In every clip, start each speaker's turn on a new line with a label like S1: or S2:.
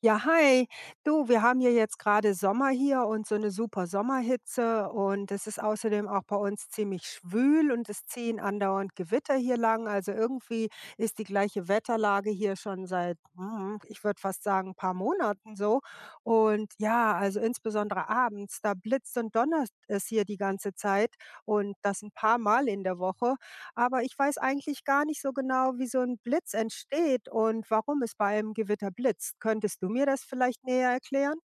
S1: Ja, hi. Du, wir haben hier jetzt gerade Sommer hier und so eine super Sommerhitze und es ist außerdem auch bei uns ziemlich schwül und es ziehen andauernd Gewitter hier lang. Also, irgendwie ist die gleiche Wetterlage hier schon seit, ich würde fast sagen, ein paar Monaten so. Und ja, also, insbesondere abends, da blitzt und donnert es hier die ganze Zeit und das ein paar Mal in der Woche. Aber ich weiß eigentlich gar nicht so genau, wie so ein Blitz entsteht und warum es bei einem Gewitter blitzt. Könntest du mir das vielleicht näher erklären?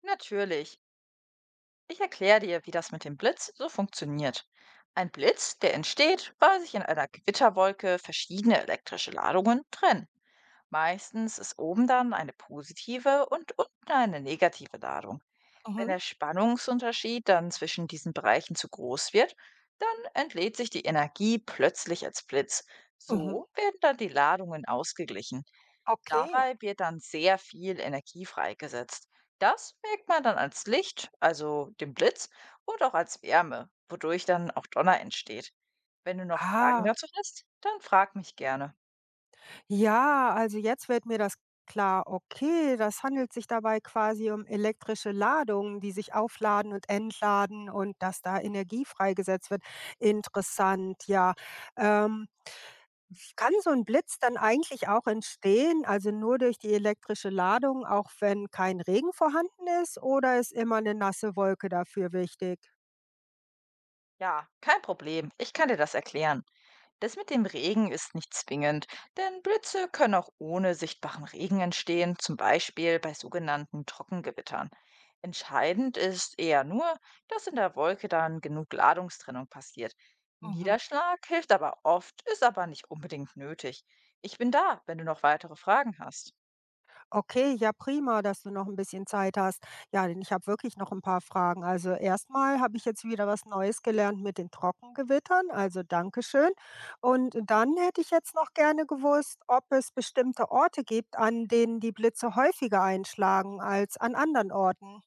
S2: Natürlich. Ich erkläre dir, wie das mit dem Blitz so funktioniert. Ein Blitz, der entsteht, weil sich in einer Gewitterwolke verschiedene elektrische Ladungen trennen. Meistens ist oben dann eine positive und unten eine negative Ladung. Wenn
S1: Mhm,
S2: der Spannungsunterschied dann zwischen diesen Bereichen zu groß wird, dann entlädt sich die Energie plötzlich als Blitz.
S1: mhm,
S2: So werden dann die Ladungen ausgeglichen.
S1: okay.
S2: Dabei wird dann sehr viel Energie freigesetzt. Das merkt man dann als Licht, also dem Blitz, und auch als Wärme, wodurch dann auch Donner entsteht. Wenn du noch Fragen
S1: Ah,
S2: dazu hast, dann frag mich gerne.
S1: ja, also jetzt wird mir das klar. Okay, das handelt sich dabei quasi um elektrische Ladungen, die sich aufladen und entladen und dass da Energie freigesetzt wird. Interessant, ja. Ähm Kann so ein Blitz dann eigentlich auch entstehen, also nur durch die elektrische Ladung, auch wenn kein Regen vorhanden ist, oder ist immer eine nasse Wolke dafür wichtig?
S2: Ja, kein Problem. Ich kann dir das erklären. Das mit dem Regen ist nicht zwingend, denn Blitze können auch ohne sichtbaren Regen entstehen, zum Beispiel bei sogenannten Trockengewittern. Entscheidend ist eher nur, dass in der Wolke dann genug Ladungstrennung passiert.
S1: Mhm.
S2: Niederschlag hilft aber oft, ist aber nicht unbedingt nötig. Ich bin da, wenn du noch weitere Fragen hast.
S1: Okay, ja prima, dass du noch ein bisschen Zeit hast. Ja, denn ich habe wirklich noch ein paar Fragen. Also erstmal habe ich jetzt wieder was Neues gelernt mit den Trockengewittern, also danke schön. Und dann hätte ich jetzt noch gerne gewusst, ob es bestimmte Orte gibt, an denen die Blitze häufiger einschlagen als an anderen Orten.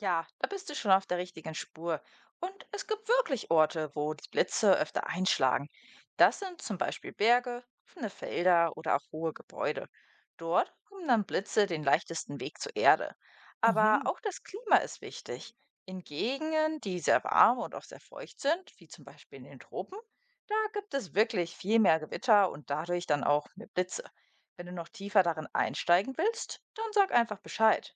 S2: Ja, da bist du schon auf der richtigen Spur. Und es gibt wirklich Orte, wo die Blitze öfter einschlagen. Das sind zum Beispiel Berge, offene Felder oder auch hohe Gebäude. Dort haben dann Blitze den leichtesten Weg zur Erde. Aber
S1: Mhm.
S2: auch das Klima ist wichtig. In Gegenden, die sehr warm und auch sehr feucht sind, wie zum Beispiel in den Tropen, da gibt es wirklich viel mehr Gewitter und dadurch dann auch mehr Blitze. Wenn du noch tiefer darin einsteigen willst, dann sag einfach Bescheid.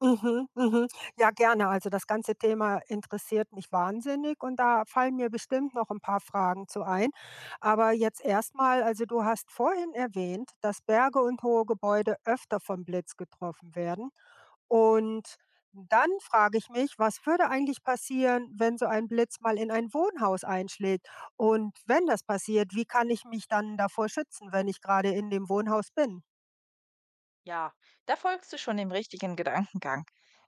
S1: Mhm, mhm. Ja, gerne. Also das ganze Thema interessiert mich wahnsinnig und da fallen mir bestimmt noch ein paar Fragen zu ein. Aber jetzt erstmal, also du hast vorhin erwähnt, dass Berge und hohe Gebäude öfter vom Blitz getroffen werden. Und dann frage ich mich, was würde eigentlich passieren, wenn so ein Blitz mal in ein Wohnhaus einschlägt? Und wenn das passiert, wie kann ich mich dann davor schützen, wenn ich gerade in dem Wohnhaus bin?
S2: Ja, da folgst du schon dem richtigen Gedankengang.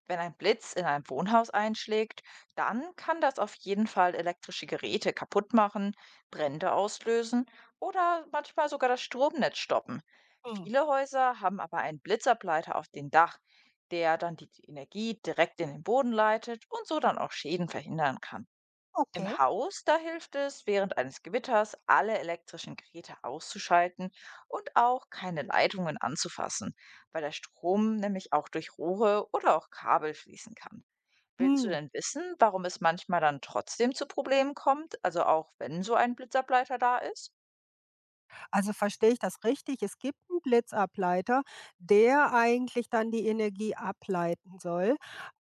S2: Wenn ein Blitz in ein Wohnhaus einschlägt, dann kann das auf jeden Fall elektrische Geräte kaputt machen, Brände auslösen oder manchmal sogar das Stromnetz stoppen.
S1: Hm.
S2: Viele Häuser haben aber einen Blitzableiter auf dem Dach, der dann die Energie direkt in den Boden leitet und so dann auch Schäden verhindern kann.
S1: Okay.
S2: Im Haus, da hilft es, während eines Gewitters alle elektrischen Geräte auszuschalten und auch keine Leitungen anzufassen, weil der Strom nämlich auch durch Rohre oder auch Kabel fließen kann. Willst du
S1: Hm.
S2: denn wissen, warum es manchmal dann trotzdem zu Problemen kommt, also auch wenn so ein Blitzableiter da ist?
S1: Also verstehe ich das richtig? Es gibt einen Blitzableiter, der eigentlich dann die Energie ableiten soll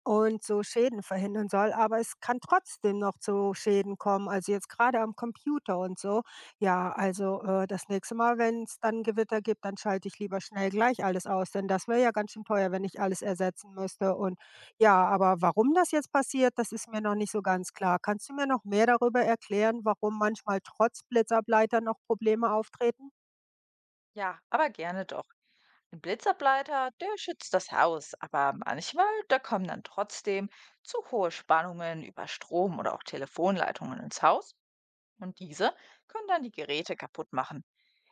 S1: und so Schäden verhindern soll, aber es kann trotzdem noch zu Schäden kommen, also jetzt gerade am Computer und so. Ja, also, das nächste Mal, wenn es dann Gewitter gibt, dann schalte ich lieber schnell gleich alles aus, denn das wäre ja ganz schön teuer, wenn ich alles ersetzen müsste und ja, aber warum das jetzt passiert, das ist mir noch nicht so ganz klar. Kannst du mir noch mehr darüber erklären, warum manchmal trotz Blitzableiter noch Probleme auftreten?
S2: Ja, aber gerne doch. Ein Blitzableiter, der schützt das Haus, aber manchmal, da kommen dann trotzdem zu hohe Spannungen über Strom oder auch Telefonleitungen ins Haus. Und diese können dann die Geräte kaputt machen.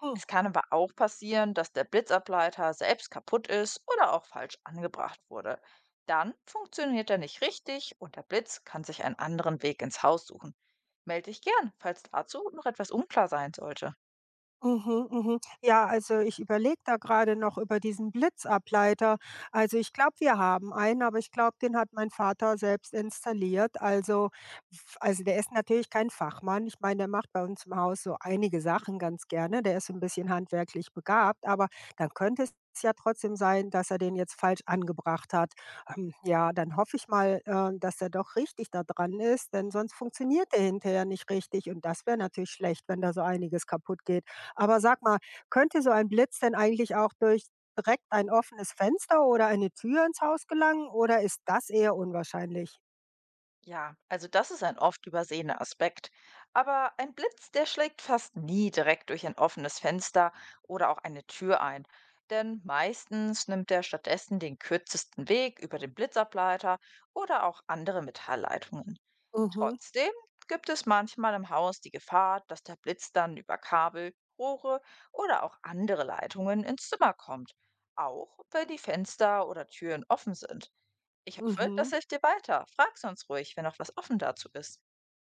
S1: Oh.
S2: Es kann aber auch passieren, dass der Blitzableiter selbst kaputt ist oder auch falsch angebracht wurde. Dann funktioniert er nicht richtig und der Blitz kann sich einen anderen Weg ins Haus suchen. Melde dich gern, falls dazu noch etwas unklar sein sollte.
S1: Mhm, mhm. Ja, also ich überlege da gerade noch über diesen Blitzableiter. Also ich glaube, wir haben einen, aber ich glaube, den hat mein Vater selbst installiert. Also f also der ist natürlich kein Fachmann. Ich meine, der macht bei uns im Haus so einige Sachen ganz gerne. Der ist so ein bisschen handwerklich begabt, aber dann könnte es ja trotzdem sein, dass er den jetzt falsch angebracht hat. Ja, dann hoffe ich mal, dass er doch richtig da dran ist, denn sonst funktioniert der hinterher nicht richtig und das wäre natürlich schlecht, wenn da so einiges kaputt geht. Aber sag mal, könnte so ein Blitz denn eigentlich auch durch direkt ein offenes Fenster oder eine Tür ins Haus gelangen oder ist das eher unwahrscheinlich?
S2: Ja, also das ist ein oft übersehener Aspekt. Aber ein Blitz, der schlägt fast nie direkt durch ein offenes Fenster oder auch eine Tür ein. Denn meistens nimmt er stattdessen den kürzesten Weg über den Blitzableiter oder auch andere Metallleitungen.
S1: Mhm,
S2: Trotzdem gibt es manchmal im Haus die Gefahr, dass der Blitz dann über Kabel, Rohre oder auch andere Leitungen ins Zimmer kommt, auch wenn die Fenster oder Türen offen sind. Ich hoffe, das
S1: mhm,
S2: hilft dir weiter. Frag sonst ruhig, wenn noch was offen dazu ist.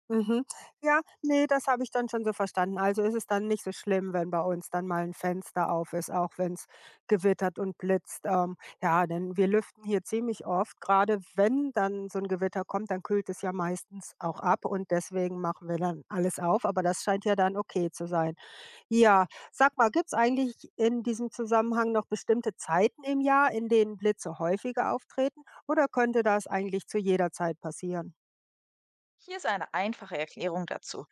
S1: mhm. Ja, nee, das habe ich dann schon so verstanden. Also ist es dann nicht so schlimm, wenn bei uns dann mal ein Fenster auf ist, auch wenn es gewittert und blitzt. Ja, denn wir lüften hier ziemlich oft. Gerade wenn dann so ein Gewitter kommt, dann kühlt es ja meistens auch ab und deswegen machen wir dann alles auf, aber das scheint ja dann okay zu sein. Ja, sag mal, gibt's eigentlich in diesem Zusammenhang noch bestimmte Zeiten im Jahr, in denen Blitze häufiger auftreten, oder könnte das eigentlich zu jeder Zeit passieren?
S2: Hier ist eine einfache Erklärung dazu.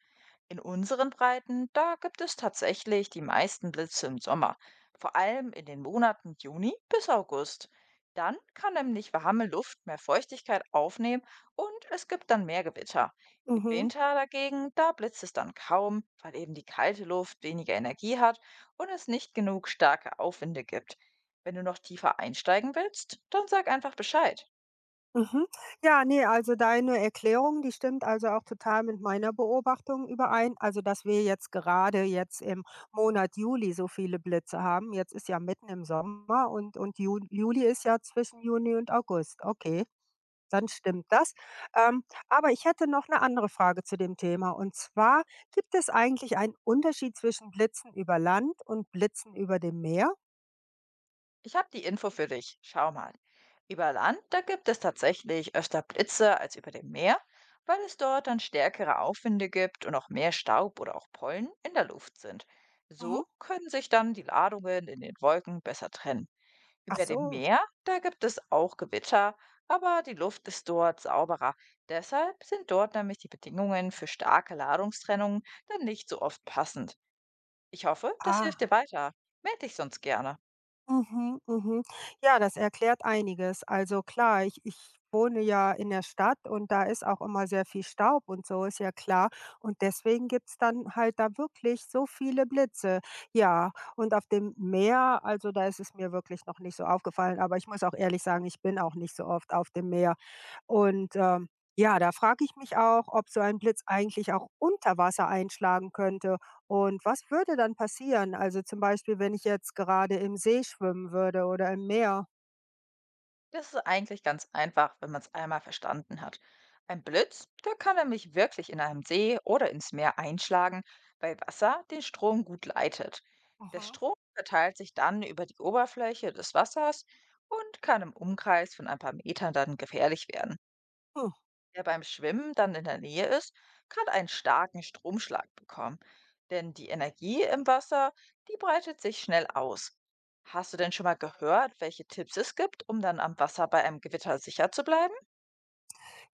S2: In unseren Breiten, da gibt es tatsächlich die meisten Blitze im Sommer, vor allem in den Monaten Juni bis August. Dann kann nämlich warme Luft mehr Feuchtigkeit aufnehmen und es gibt dann mehr Gewitter. Im
S1: Mhm,
S2: Winter dagegen, da blitzt es dann kaum, weil eben die kalte Luft weniger Energie hat und es nicht genug starke Aufwinde gibt. Wenn du noch tiefer einsteigen willst, dann sag einfach Bescheid.
S1: mhm. Ja, ne, also deine Erklärung, die stimmt also auch total mit meiner Beobachtung überein. Also, dass wir jetzt gerade jetzt im Monat Juli so viele Blitze haben. Jetzt ist ja mitten im Sommer und Ju Juli ist ja zwischen Juni und August. Okay. Dann stimmt das. Ähm, aber ich hätte noch eine andere Frage zu dem Thema und zwar: Gibt es eigentlich einen Unterschied zwischen Blitzen über Land und Blitzen über dem Meer?
S2: Ich habe die Info für dich. Schau mal. Über Land, da gibt es tatsächlich öfter Blitze als über dem Meer, weil es dort dann stärkere Aufwinde gibt und auch mehr Staub oder auch Pollen in der Luft sind.
S1: Mhm.
S2: So können sich dann die Ladungen in den Wolken besser trennen.
S1: Ach
S2: Über dem
S1: so,
S2: Meer, da gibt es auch Gewitter, aber die Luft ist dort sauberer. Deshalb sind dort nämlich die Bedingungen für starke Ladungstrennungen dann nicht so oft passend. Ich hoffe, das hilft
S1: ah.
S2: dir weiter. Meld dich sonst gerne.
S1: Mhm, mhm. Ja, das erklärt einiges. Also klar, ich wohne ja in der Stadt und da ist auch immer sehr viel Staub und so, ist ja klar. Und deswegen gibt's dann halt da wirklich so viele Blitze. Ja, und auf dem Meer, also da ist es mir wirklich noch nicht so aufgefallen, aber ich muss auch ehrlich sagen, ich bin auch nicht so oft auf dem Meer. Und ja, da frage ich mich auch, ob so ein Blitz eigentlich auch unter Wasser einschlagen könnte und was würde dann passieren? Also, zum Beispiel, wenn ich jetzt gerade im See schwimmen würde oder im Meer?
S2: Das ist eigentlich ganz einfach, wenn man es einmal verstanden hat. Ein Blitz, der kann nämlich wirklich in einem See oder ins Meer einschlagen, weil Wasser den Strom gut leitet. Der Strom verteilt sich dann über die Oberfläche des Wassers und kann im Umkreis von ein paar Metern dann gefährlich werden.
S1: Mhm.
S2: Wer beim Schwimmen dann in der Nähe ist, kann einen starken Stromschlag bekommen, denn die Energie im Wasser, die breitet sich schnell aus. Hast du denn schon mal gehört, welche Tipps es gibt, um dann am Wasser bei einem Gewitter sicher zu bleiben?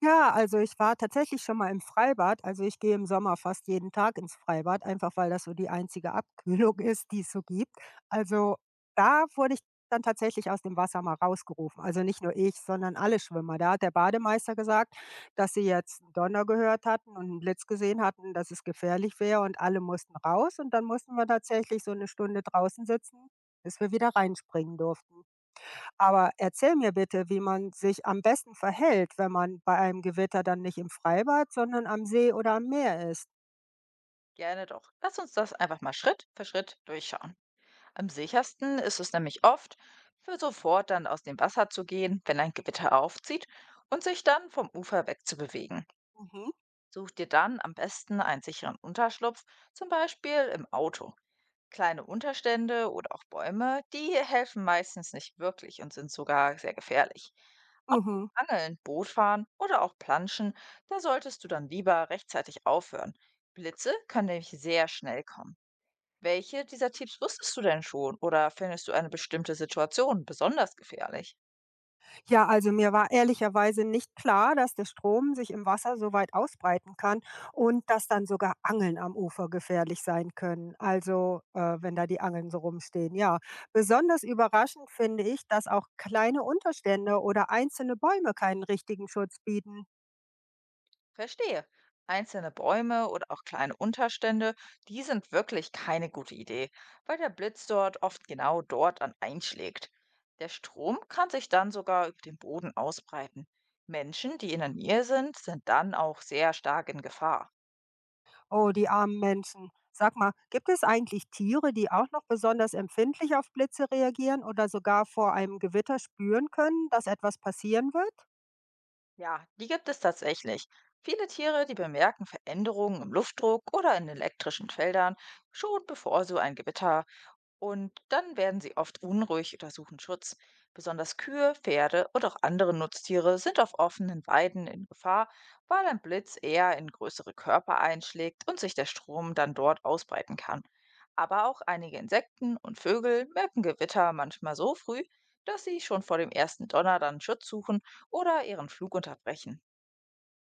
S1: Ja, also ich war tatsächlich schon mal im Freibad. Also ich gehe im Sommer fast jeden Tag ins Freibad, einfach weil das so die einzige Abkühlung ist, die es so gibt. Also da wurde ich dann tatsächlich aus dem Wasser mal rausgerufen. Also nicht nur ich, sondern alle Schwimmer. Da hat der Bademeister gesagt, dass sie jetzt einen Donner gehört hatten und einen Blitz gesehen hatten, dass es gefährlich wäre und alle mussten raus. Und dann mussten wir tatsächlich so eine Stunde draußen sitzen, bis wir wieder reinspringen durften. Aber erzähl mir bitte, wie man sich am besten verhält, wenn man bei einem Gewitter dann nicht im Freibad, sondern am See oder am Meer ist.
S2: Gerne doch. Lass uns das einfach mal Schritt für Schritt durchschauen. Am sichersten ist es nämlich oft, für sofort dann aus dem Wasser zu gehen, wenn ein Gewitter aufzieht und sich dann vom Ufer wegzubewegen.
S1: Mhm.
S2: Such dir dann am besten einen sicheren Unterschlupf, zum Beispiel im Auto. Kleine Unterstände oder auch Bäume, die helfen meistens nicht wirklich und sind sogar sehr gefährlich. Auch
S1: Mhm.
S2: Angeln, Bootfahren oder auch Planschen, da solltest du dann lieber rechtzeitig aufhören. Blitze können nämlich sehr schnell kommen. Welche dieser Tipps wusstest du denn schon oder findest du eine bestimmte Situation besonders gefährlich?
S1: Ja, also mir war ehrlicherweise nicht klar, dass der Strom sich im Wasser so weit ausbreiten kann und dass dann sogar Angeln am Ufer gefährlich sein können. Also wenn da die Angeln so rumstehen. Ja, besonders überraschend finde ich, dass auch kleine Unterstände oder einzelne Bäume keinen richtigen Schutz bieten.
S2: Verstehe. Einzelne Bäume oder auch kleine Unterstände, die sind wirklich keine gute Idee, weil der Blitz dort oft genau dort an einschlägt. Der Strom kann sich dann sogar über den Boden ausbreiten. Menschen, die in der Nähe sind, sind dann auch sehr stark in Gefahr.
S1: Oh, die armen Menschen. Sag mal, gibt es eigentlich Tiere, die auch noch besonders empfindlich auf Blitze reagieren oder sogar vor einem Gewitter spüren können, dass etwas passieren wird?
S2: Ja, die gibt es tatsächlich. Viele Tiere, die bemerken Veränderungen im Luftdruck oder in elektrischen Feldern schon bevor so ein Gewitter. Und dann werden sie oft unruhig oder suchen Schutz. Besonders Kühe, Pferde und auch andere Nutztiere sind auf offenen Weiden in Gefahr, weil ein Blitz eher in größere Körper einschlägt und sich der Strom dann dort ausbreiten kann. Aber auch einige Insekten und Vögel merken Gewitter manchmal so früh, dass sie schon vor dem ersten Donner dann Schutz suchen oder ihren Flug unterbrechen.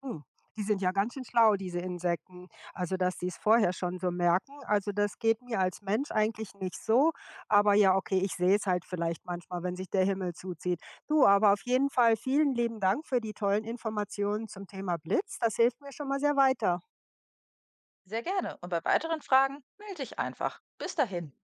S1: Hm. Die sind ja ganz schön schlau, diese Insekten. Also, dass sie es vorher schon so merken. Also, das geht mir als Mensch eigentlich nicht so. Aber ja, okay, ich sehe es halt vielleicht manchmal, wenn sich der Himmel zuzieht. Du, aber auf jeden Fall vielen lieben Dank für die tollen Informationen zum Thema Blitz. Das hilft mir schon mal sehr weiter.
S2: Sehr gerne und bei weiteren Fragen melde dich einfach. Bis dahin.